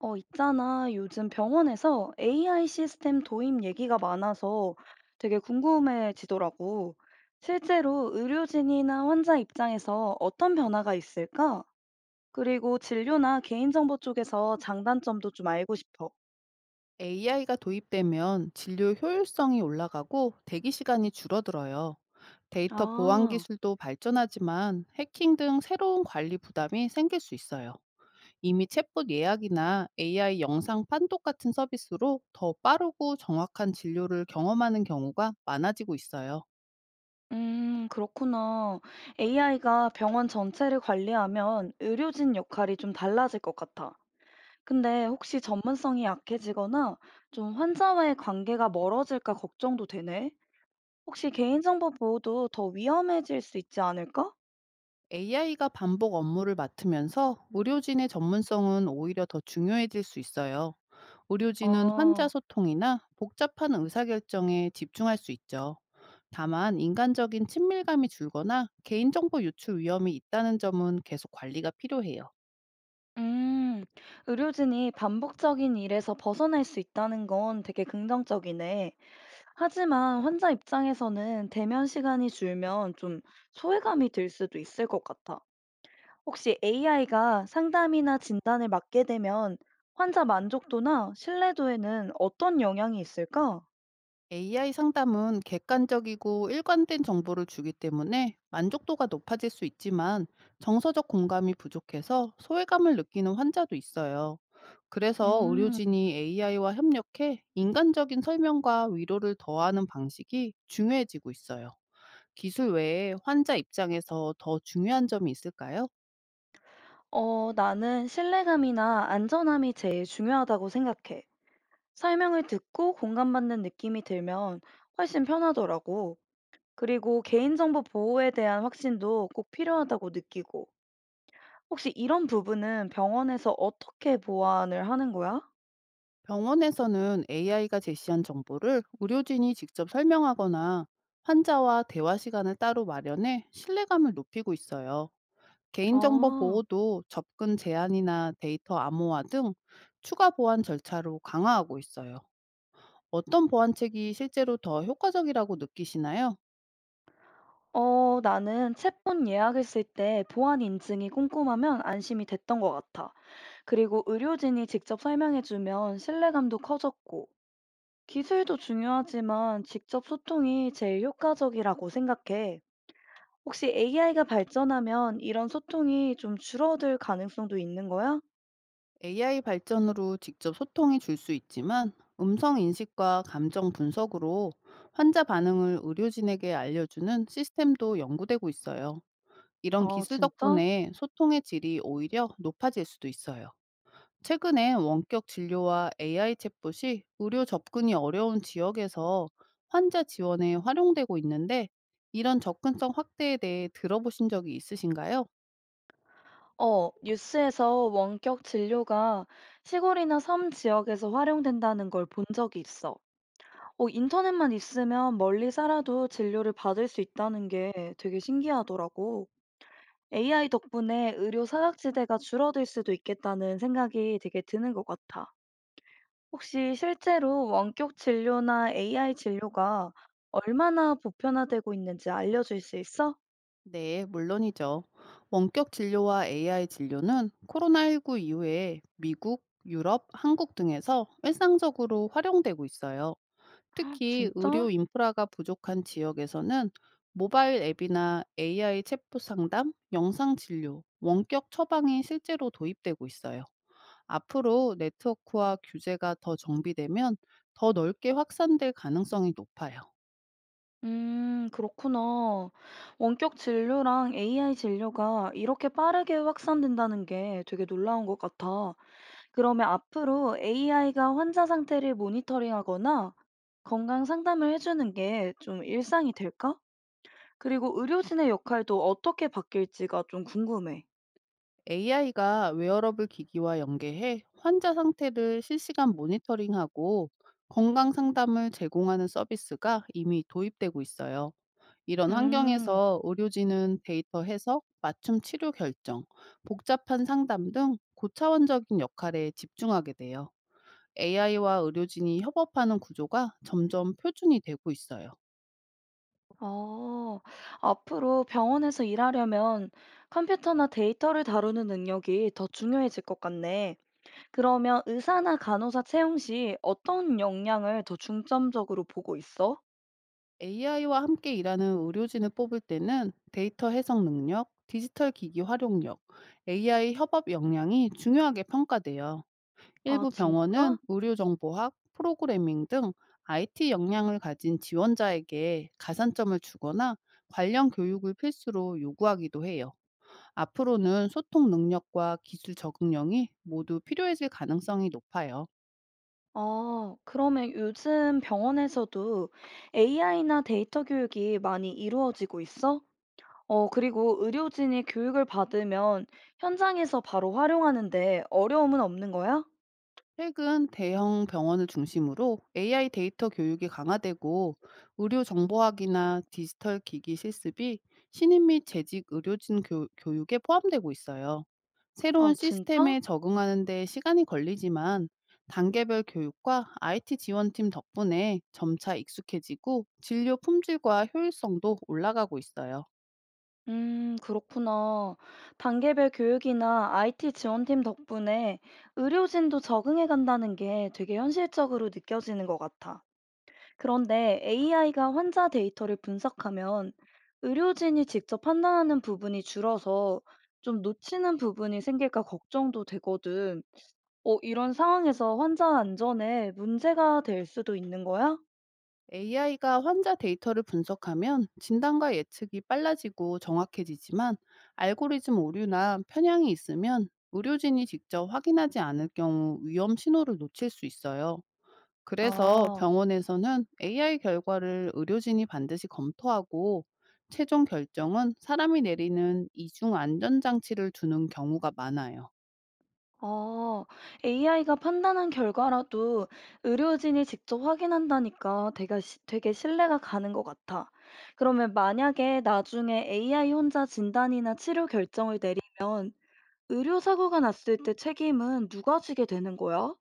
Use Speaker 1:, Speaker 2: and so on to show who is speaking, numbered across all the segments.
Speaker 1: 있잖아. 요즘 병원에서 AI 시스템 도입 얘기가 많아서 되게 궁금해지더라고. 실제로 의료진이나 환자 입장에서 어떤 변화가 있을까? 그리고 진료나 개인정보 쪽에서 장단점도 좀 알고 싶어.
Speaker 2: AI가 도입되면 진료 효율성이 올라가고 대기 시간이 줄어들어요. 데이터 보안
Speaker 1: 아,
Speaker 2: 기술도 발전하지만 해킹 등 새로운 관리 부담이 생길 수 있어요. 이미 챗봇 예약이나 AI 영상 판독 같은 서비스로 더 빠르고 정확한 진료를 경험하는 경우가 많아지고 있어요.
Speaker 1: 그렇구나. AI가 병원 전체를 관리하면 의료진 역할이 좀 달라질 것 같아. 근데 혹시 전문성이 약해지거나 좀 환자와의 관계가 멀어질까 걱정도 되네. 혹시 개인정보 보호도 더 위험해질 수 있지 않을까?
Speaker 2: AI가 반복 업무를 맡으면서 의료진의 전문성은 오히려 더 중요해질 수 있어요. 의료진은 환자
Speaker 1: 아,
Speaker 2: 소통이나 복잡한 의사결정에 집중할 수 있죠. 다만 인간적인 친밀감이 줄거나 개인정보 유출 위험이 있다는 점은 계속 관리가 필요해요.
Speaker 1: 음, 의료진이 반복적인 일에서 벗어날 수 있다는 건 되게 긍정적이네. 하지만 환자 입장에서는 대면 시간이 줄면 좀 소외감이 들 수도 있을 것 같아. 혹시 AI가 상담이나 진단을 맡게 되면 환자 만족도나 신뢰도에는 어떤 영향이 있을까?
Speaker 2: AI 상담은 객관적이고 일관된 정보를 주기 때문에 만족도가 높아질 수 있지만, 정서적 공감이 부족해서 소외감을 느끼는 환자도 있어요. 그래서
Speaker 1: 음,
Speaker 2: 의료진이 AI와 협력해 인간적인 설명과 위로를 더하는 방식이 중요해지고 있어요. 기술 외에 환자 입장에서 더 중요한 점이 있을까요?
Speaker 1: 나는 신뢰감이나 안전함이 제일 중요하다고 생각해. 설명을 듣고 공감받는 느낌이 들면 훨씬 편하더라고. 그리고 개인정보 보호에 대한 확신도 꼭 필요하다고 느끼고. 혹시 이런 부분은 병원에서 어떻게 보완을 하는 거야?
Speaker 2: 병원에서는 AI가 제시한 정보를 의료진이 직접 설명하거나 환자와 대화 시간을 따로 마련해 신뢰감을 높이고 있어요. 개인정보
Speaker 1: 아,
Speaker 2: 보호도 접근 제한이나 데이터 암호화 등 추가 보안 절차로 강화하고 있어요. 어떤 보안책이 실제로 더 효과적이라고 느끼시나요?
Speaker 1: 나는 챗폰 예약을 쓸 때 보안 인증이 꼼꼼하면 안심이 됐던 것 같아. 그리고 의료진이 직접 설명해주면 신뢰감도 커졌고. 기술도 중요하지만 직접 소통이 제일 효과적이라고 생각해. 혹시 AI가 발전하면 이런 소통이 좀 줄어들 가능성도 있는 거야?
Speaker 2: AI 발전으로 직접 소통해 줄 수 있지만, 음성 인식과 감정 분석으로 환자 반응을 의료진에게 알려주는 시스템도 연구되고 있어요. 이런
Speaker 1: 아,
Speaker 2: 기술
Speaker 1: 진짜?
Speaker 2: 덕분에 소통의 질이 오히려 높아질 수도 있어요. 최근에 원격 진료와 AI 챗봇이 의료 접근이 어려운 지역에서 환자 지원에 활용되고 있는데, 이런 접근성 확대에 대해 들어보신 적이 있으신가요?
Speaker 1: 뉴스에서 원격 진료가 시골이나 섬 지역에서 활용된다는 걸 본 적이 있어. 인터넷만 있으면 멀리 살아도 진료를 받을 수 있다는 게 되게 신기하더라고. AI 덕분에 의료 사각지대가 줄어들 수도 있겠다는 생각이 되게 드는 것 같아. 혹시 실제로 원격 진료나 AI 진료가 얼마나 보편화되고 있는지 알려줄 수 있어?
Speaker 2: 네, 물론이죠. 원격 진료와 AI 진료는 코로나19 이후에 미국, 유럽, 한국 등에서 일상적으로 활용되고 있어요.
Speaker 1: 헉,
Speaker 2: 특히 의료
Speaker 1: 진짜?
Speaker 2: 인프라가 부족한 지역에서는 모바일 앱이나 AI 챗봇 상담, 영상 진료, 원격 처방이 실제로 도입되고 있어요. 앞으로 네트워크와 규제가 더 정비되면 더 넓게 확산될 가능성이 높아요.
Speaker 1: 그렇구나. 원격 진료랑 AI 진료가 이렇게 빠르게 확산된다는 게 되게 놀라운 것 같아. 그러면 앞으로 AI가 환자 상태를 모니터링하거나 건강 상담을 해주는 게 좀 일상이 될까? 그리고 의료진의 역할도 어떻게 바뀔지가 좀 궁금해.
Speaker 2: AI가 웨어러블 기기와 연계해 환자 상태를 실시간 모니터링하고 건강 상담을 제공하는 서비스가 이미 도입되고 있어요. 이런
Speaker 1: 음.
Speaker 2: 환경에서 의료진은 데이터 해석, 맞춤 치료 결정, 복잡한 상담 등 고차원적인 역할에 집중하게 돼요. AI와 의료진이 협업하는 구조가 점점 표준이 되고 있어요.
Speaker 1: 어, 앞으로 병원에서 일하려면 컴퓨터나 데이터를 다루는 능력이 더 중요해질 것 같네. 그러면 의사나 간호사 채용 시 어떤 역량을 더 중점적으로 보고 있어?
Speaker 2: AI와 함께 일하는 의료진을 뽑을 때는 데이터 해석 능력, 디지털 기기 활용력, AI 협업 역량이 중요하게 평가돼요.
Speaker 1: 아,
Speaker 2: 일부 병원은
Speaker 1: 진짜?
Speaker 2: 의료정보학, 프로그래밍 등 IT 역량을 가진 지원자에게 가산점을 주거나 관련 교육을 필수로 요구하기도 해요. 앞으로는 소통 능력과 기술 적응력이 모두 필요해질 가능성이 높아요.
Speaker 1: 아, 그러면 요즘 병원에서도 AI나 데이터 교육이 많이 이루어지고 있어? 그리고 의료진이 교육을 받으면 현장에서 바로 활용하는데 어려움은 없는 거야?
Speaker 2: 최근 대형 병원을 중심으로 AI 데이터 교육이 강화되고, 의료 정보학이나 디지털 기기 실습이 신입 및 재직 의료진 교, 육에 포함되고 있어요.
Speaker 1: 아,
Speaker 2: 새로운
Speaker 1: 진짜?
Speaker 2: 시스템에 적응하는 데 시간이 걸리지만, 단계별 교육과 IT 지원팀 덕분에 점차 익숙해지고 진료 품질과 효율성도 올라가고 있어요.
Speaker 1: 그렇구나. 단계별 교육이나 IT 지원팀 덕분에 의료진도 적응해 간다는 게 되게 현실적으로 느껴지는 것 같아. 그런데 AI가 환자 데이터를 분석하면 의료진이 직접 판단하는 부분이 줄어서 좀 놓치는 부분이 생길까 걱정도 되거든. 이런 상황에서 환자 안전에 문제가 될 수도 있는 거야?
Speaker 2: AI가 환자 데이터를 분석하면 진단과 예측이 빨라지고 정확해지지만, 알고리즘 오류나 편향이 있으면 의료진이 직접 확인하지 않을 경우 위험 신호를 놓칠 수 있어요. 그래서
Speaker 1: 아.
Speaker 2: 병원에서는 AI 결과를 의료진이 반드시 검토하고, 최종 결정은 사람이 내리는 이중 안전장치를 두는 경우가 많아요.
Speaker 1: 아, AI가 판단한 결과라도 의료진이 직접 확인한다니까 되게, 되게 신뢰가 가는 것 같아. 그러면 만약에 나중에 AI 혼자 진단이나 치료 결정을 내리면 의료사고가 났을 때 책임은 누가 지게 되는 거야?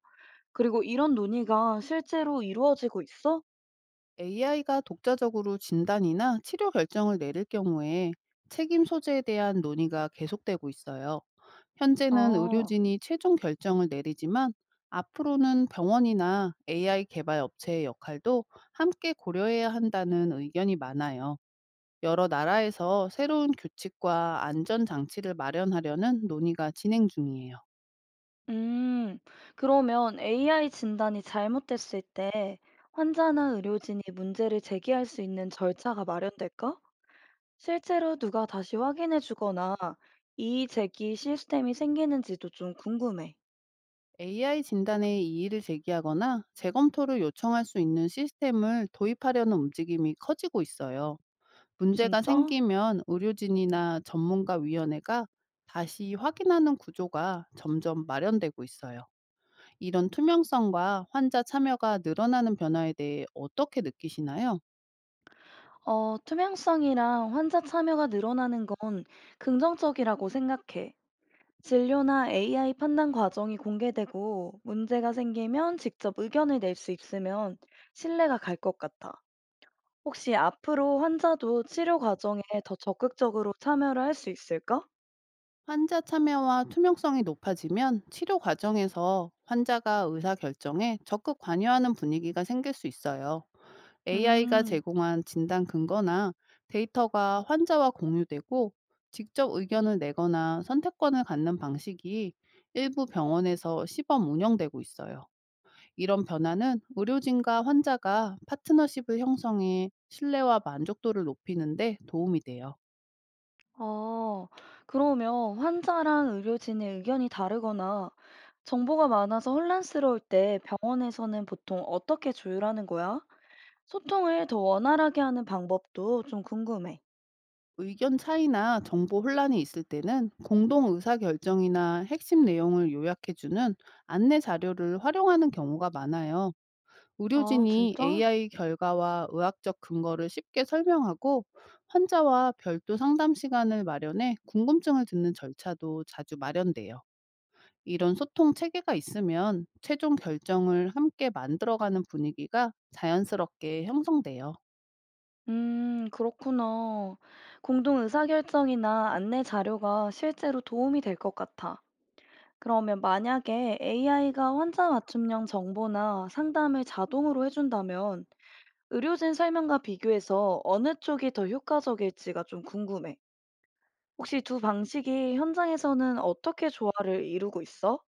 Speaker 1: 그리고 이런 논의가 실제로 이루어지고 있어?
Speaker 2: AI가 독자적으로 진단이나 치료 결정을 내릴 경우에 책임 소재에 대한 논의가 계속되고 있어요. 현재는
Speaker 1: 아,
Speaker 2: 의료진이 최종 결정을 내리지만, 앞으로는 병원이나 AI 개발 업체의 역할도 함께 고려해야 한다는 의견이 많아요. 여러 나라에서 새로운 규칙과 안전 장치를 마련하려는 논의가 진행 중이에요.
Speaker 1: 음, 그러면 AI 진단이 잘못됐을 때 환자나 의료진이 문제를 제기할 수 있는 절차가 마련될까? 실제로 누가 다시 확인해 주거나 이의 제기 시스템이 생기는지도 좀 궁금해.
Speaker 2: AI 진단에 이의를 제기하거나 재검토를 요청할 수 있는 시스템을 도입하려는 움직임이 커지고 있어요. 문제가
Speaker 1: 진짜?
Speaker 2: 생기면 의료진이나 전문가 위원회가 다시 확인하는 구조가 점점 마련되고 있어요. 이런 투명성과 환자 참여가 늘어나는 변화에 대해 어떻게 느끼시나요?
Speaker 1: 투명성이랑 환자 참여가 늘어나는 건 긍정적이라고 생각해. 진료나 AI 판단 과정이 공개되고 문제가 생기면 직접 의견을 낼 수 있으면 신뢰가 갈 것 같아. 혹시 앞으로 환자도 치료 과정에 더 적극적으로 참여를 할 수 있을까?
Speaker 2: 환자 참여와 투명성이 높아지면 치료 과정에서 환자가 의사 결정에 적극 관여하는 분위기가 생길 수 있어요. AI가
Speaker 1: 음.
Speaker 2: 제공한 진단 근거나 데이터가 환자와 공유되고, 직접 의견을 내거나 선택권을 갖는 방식이 일부 병원에서 시범 운영되고 있어요. 이런 변화는 의료진과 환자가 파트너십을 형성해 신뢰와 만족도를 높이는데 도움이 돼요.
Speaker 1: 아, 그러면 환자랑 의료진의 의견이 다르거나 정보가 많아서 혼란스러울 때 병원에서는 보통 어떻게 조율하는 거야? 소통을 더 원활하게 하는 방법도 좀 궁금해.
Speaker 2: 의견 차이나 정보 혼란이 있을 때는 공동 의사 결정이나 핵심 내용을 요약해주는 안내 자료를 활용하는 경우가 많아요.
Speaker 1: 아,
Speaker 2: 의료진이
Speaker 1: 진짜?
Speaker 2: AI 결과와 의학적 근거를 쉽게 설명하고, 환자와 별도 상담 시간을 마련해 궁금증을 듣는 절차도 자주 마련돼요. 이런 소통 체계가 있으면 최종 결정을 함께 만들어가는 분위기가 자연스럽게 형성돼요.
Speaker 1: 그렇구나. 공동 의사결정이나 안내 자료가 실제로 도움이 될 것 같아. 그러면 만약에 AI가 환자 맞춤형 정보나 상담을 자동으로 해준다면 의료진 설명과 비교해서 어느 쪽이 더 효과적일지가 좀 궁금해. 혹시 두 방식이 현장에서는 어떻게 조화를 이루고 있어?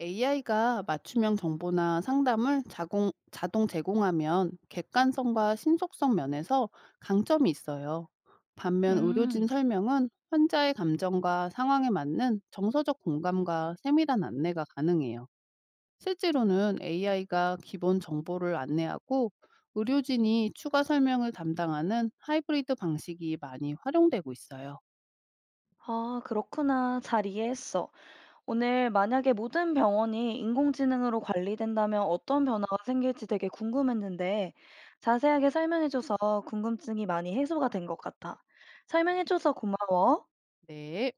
Speaker 2: AI가 맞춤형 정보나 상담을 자동 제공하면 객관성과 신속성 면에서 강점이 있어요. 반면 의료진
Speaker 1: 음,
Speaker 2: 설명은 환자의 감정과 상황에 맞는 정서적 공감과 세밀한 안내가 가능해요. 실제로는 AI가 기본 정보를 안내하고 의료진이 추가 설명을 담당하는 하이브리드 방식이 많이 활용되고 있어요.
Speaker 1: 아, 그렇구나. 잘 이해했어. 오늘 만약에 모든 병원이 인공지능으로 관리된다면 어떤 변화가 생길지 되게 궁금했는데 자세하게 설명해줘서 궁금증이 많이 해소가 된 것 같아. 설명해줘서 고마워.
Speaker 2: 네.